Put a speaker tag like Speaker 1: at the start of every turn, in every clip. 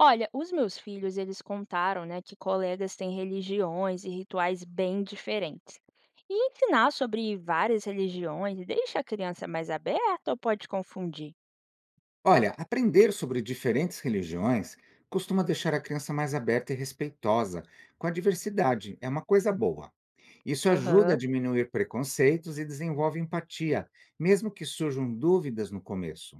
Speaker 1: Olha, os meus filhos, eles contaram, né, que colegas têm religiões e rituais bem diferentes. E ensinar sobre várias religiões deixa a criança mais aberta ou pode confundir?
Speaker 2: Olha, aprender sobre diferentes religiões costuma deixar a criança mais aberta e respeitosa com a diversidade, é uma coisa boa. Isso ajuda a
Speaker 1: Aham.
Speaker 2: diminuir preconceitos e desenvolve empatia, mesmo que surjam dúvidas no começo.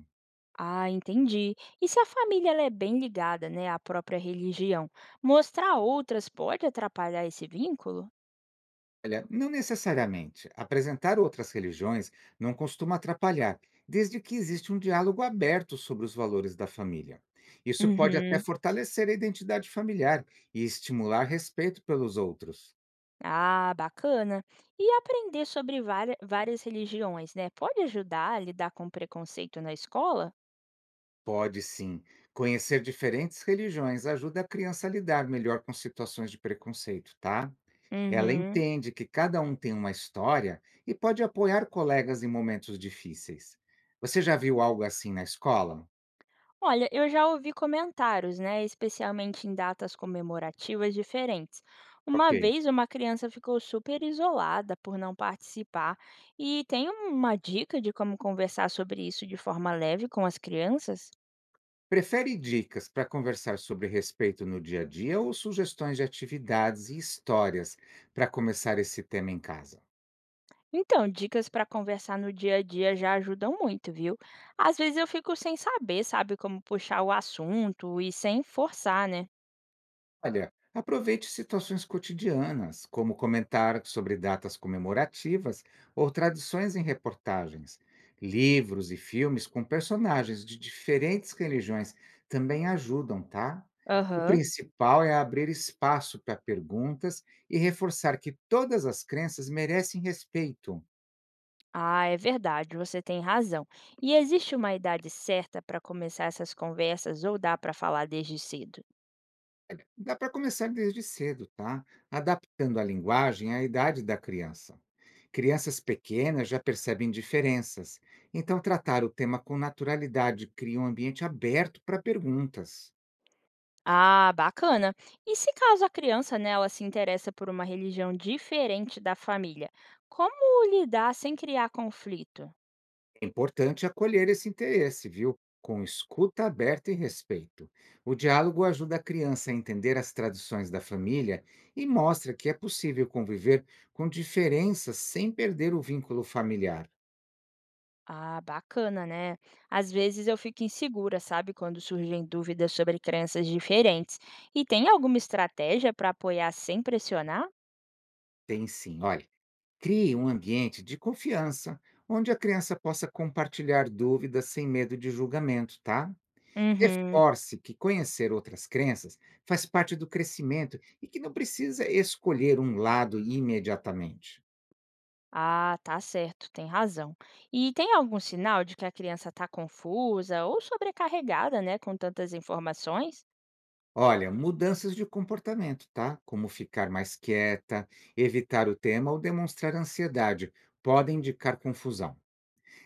Speaker 1: Ah, entendi. E se a família ela é bem ligada, né, à própria religião, mostrar outras pode atrapalhar esse vínculo?
Speaker 2: Olha, não necessariamente. Apresentar outras religiões não costuma atrapalhar, desde que existe um diálogo aberto sobre os valores da família. Isso pode até
Speaker 1: Uhum.
Speaker 2: fortalecer a identidade familiar e estimular respeito pelos outros.
Speaker 1: Ah, bacana. E aprender sobre várias religiões, né, pode ajudar a lidar com preconceito na escola?
Speaker 2: Pode sim. Conhecer diferentes religiões ajuda a criança a lidar melhor com situações de preconceito, tá? Ela
Speaker 1: Uhum.
Speaker 2: entende que cada um tem uma história e pode apoiar colegas em momentos difíceis. Você já viu algo assim na escola?
Speaker 1: Olha, eu já ouvi comentários, né, especialmente em datas comemorativas diferentes. Uma
Speaker 2: Ok.
Speaker 1: vez uma criança ficou super isolada por não participar, e tem uma dica de como conversar sobre isso de forma leve com as crianças?
Speaker 2: Prefere dicas para conversar sobre respeito no dia a dia ou sugestões de atividades e histórias para começar esse tema em casa?
Speaker 1: Então, dicas para conversar no dia a dia já ajudam muito, viu? Às vezes eu fico sem saber, sabe, como puxar o assunto e sem forçar, né?
Speaker 2: Olha, aproveite situações cotidianas, como comentar sobre datas comemorativas ou tradições em reportagens. Livros e filmes com personagens de diferentes religiões também ajudam, tá? O
Speaker 1: Aham.
Speaker 2: principal é abrir espaço para perguntas e reforçar que todas as crenças merecem respeito.
Speaker 1: Ah, é verdade, você tem razão. E existe uma idade certa para começar essas conversas ou dá para falar desde cedo?
Speaker 2: Dá para começar desde cedo, tá? Adaptando a linguagem à idade da criança. Crianças pequenas já percebem diferenças, então tratar o tema com naturalidade cria um ambiente aberto para perguntas.
Speaker 1: Ah, bacana. E se caso a criança, né, ela se interessa por uma religião diferente da família, como lidar sem criar conflito?
Speaker 2: É importante acolher esse interesse, viu? Com escuta aberta e respeito. O diálogo ajuda a criança a entender as tradições da família e mostra que é possível conviver com diferenças sem perder o vínculo familiar.
Speaker 1: Ah, bacana, né? Às vezes eu fico insegura, sabe, quando surgem dúvidas sobre crenças diferentes. E tem alguma estratégia para apoiar sem pressionar?
Speaker 2: Tem sim, olha. Crie um ambiente de confiança, onde a criança possa compartilhar dúvidas sem medo de julgamento, tá?
Speaker 1: Uhum.
Speaker 2: Reforce que conhecer outras crenças faz parte do crescimento e que não precisa escolher um lado imediatamente.
Speaker 1: Ah, tá certo, tem razão. E tem algum sinal de que a criança está confusa ou sobrecarregada, né, com tantas informações?
Speaker 2: Olha, mudanças de comportamento, tá? Como ficar mais quieta, evitar o tema ou demonstrar ansiedade, podem indicar confusão.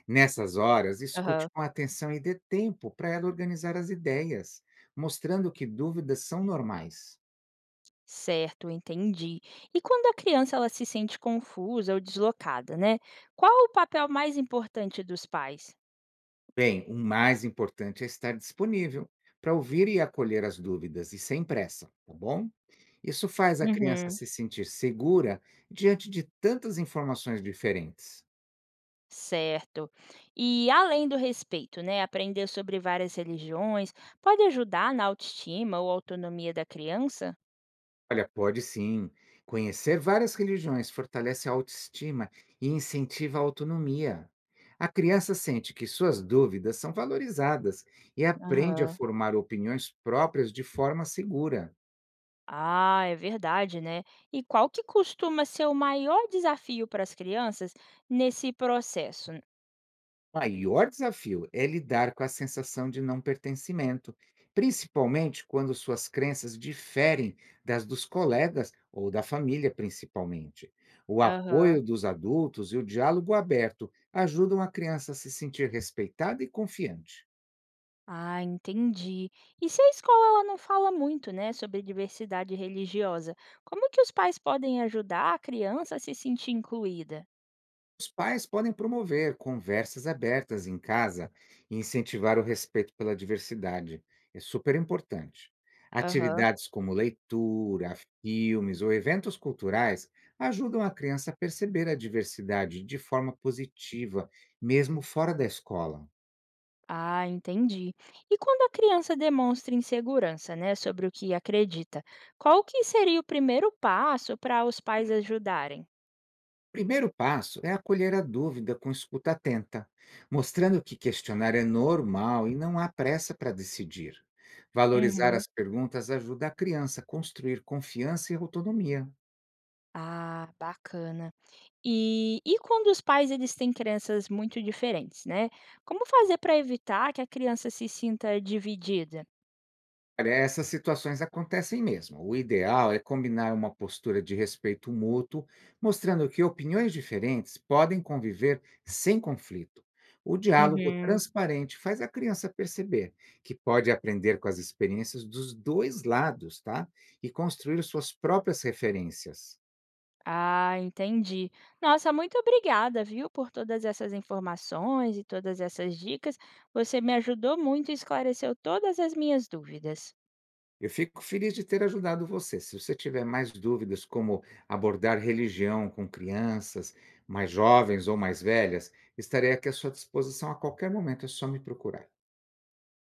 Speaker 2: Nessas horas,
Speaker 1: Aham.
Speaker 2: escute com atenção e dê tempo para ela organizar as ideias, mostrando que dúvidas são normais.
Speaker 1: Certo, entendi. E quando a criança ela se sente confusa ou deslocada, né? Qual o papel mais importante dos pais?
Speaker 2: Bem, o mais importante é estar disponível para ouvir e acolher as dúvidas e sem pressa, tá bom? Isso faz a criança
Speaker 1: Uhum.
Speaker 2: se sentir segura diante de tantas informações diferentes.
Speaker 1: Certo. E além do respeito, né, aprender sobre várias religiões pode ajudar na autoestima ou autonomia da criança?
Speaker 2: Olha, pode sim. Conhecer várias religiões fortalece a autoestima e incentiva a autonomia. A criança sente que suas dúvidas são valorizadas e aprende a
Speaker 1: Aham.
Speaker 2: formar opiniões próprias de forma segura.
Speaker 1: Ah, é verdade, né? E qual que costuma ser o maior desafio para as crianças nesse processo?
Speaker 2: Maior desafio é lidar com a sensação de não pertencimento, principalmente quando suas crenças diferem das dos colegas ou da família, principalmente. O
Speaker 1: Aham.
Speaker 2: apoio dos adultos e o diálogo aberto ajudam a criança a se sentir respeitada e confiante.
Speaker 1: Ah, entendi. E se a escola ela não fala muito, né, sobre diversidade religiosa, como que os pais podem ajudar a criança a se sentir incluída?
Speaker 2: Os pais podem promover conversas abertas em casa e incentivar o respeito pela diversidade. É super importante.
Speaker 1: Aham.
Speaker 2: Atividades como leitura, filmes ou eventos culturais ajudam a criança a perceber a diversidade de forma positiva, mesmo fora da escola.
Speaker 1: Ah, entendi. E quando a criança demonstra insegurança, né, sobre o que acredita, qual que seria o primeiro passo para os pais ajudarem?
Speaker 2: Primeiro passo é acolher a dúvida com escuta atenta, mostrando que questionar é normal e não há pressa para decidir. Valorizar
Speaker 1: Uhum.
Speaker 2: as perguntas ajuda a criança a construir confiança e autonomia.
Speaker 1: Ah, bacana. E quando os pais eles têm crenças muito diferentes, né, como fazer para evitar que a criança se sinta dividida?
Speaker 2: Olha, essas situações acontecem mesmo. O ideal é combinar uma postura de respeito mútuo, mostrando que opiniões diferentes podem conviver sem conflito. O diálogo
Speaker 1: Uhum.
Speaker 2: transparente faz a criança perceber que pode aprender com as experiências dos dois lados, tá? E construir suas próprias referências.
Speaker 1: Ah, entendi. Nossa, muito obrigada, viu, por todas essas informações e todas essas dicas. Você me ajudou muito e esclareceu todas as minhas dúvidas.
Speaker 2: Eu fico feliz de ter ajudado você. Se você tiver mais dúvidas como abordar religião com crianças, mais jovens ou mais velhas, estarei aqui à sua disposição a qualquer momento, é só me procurar.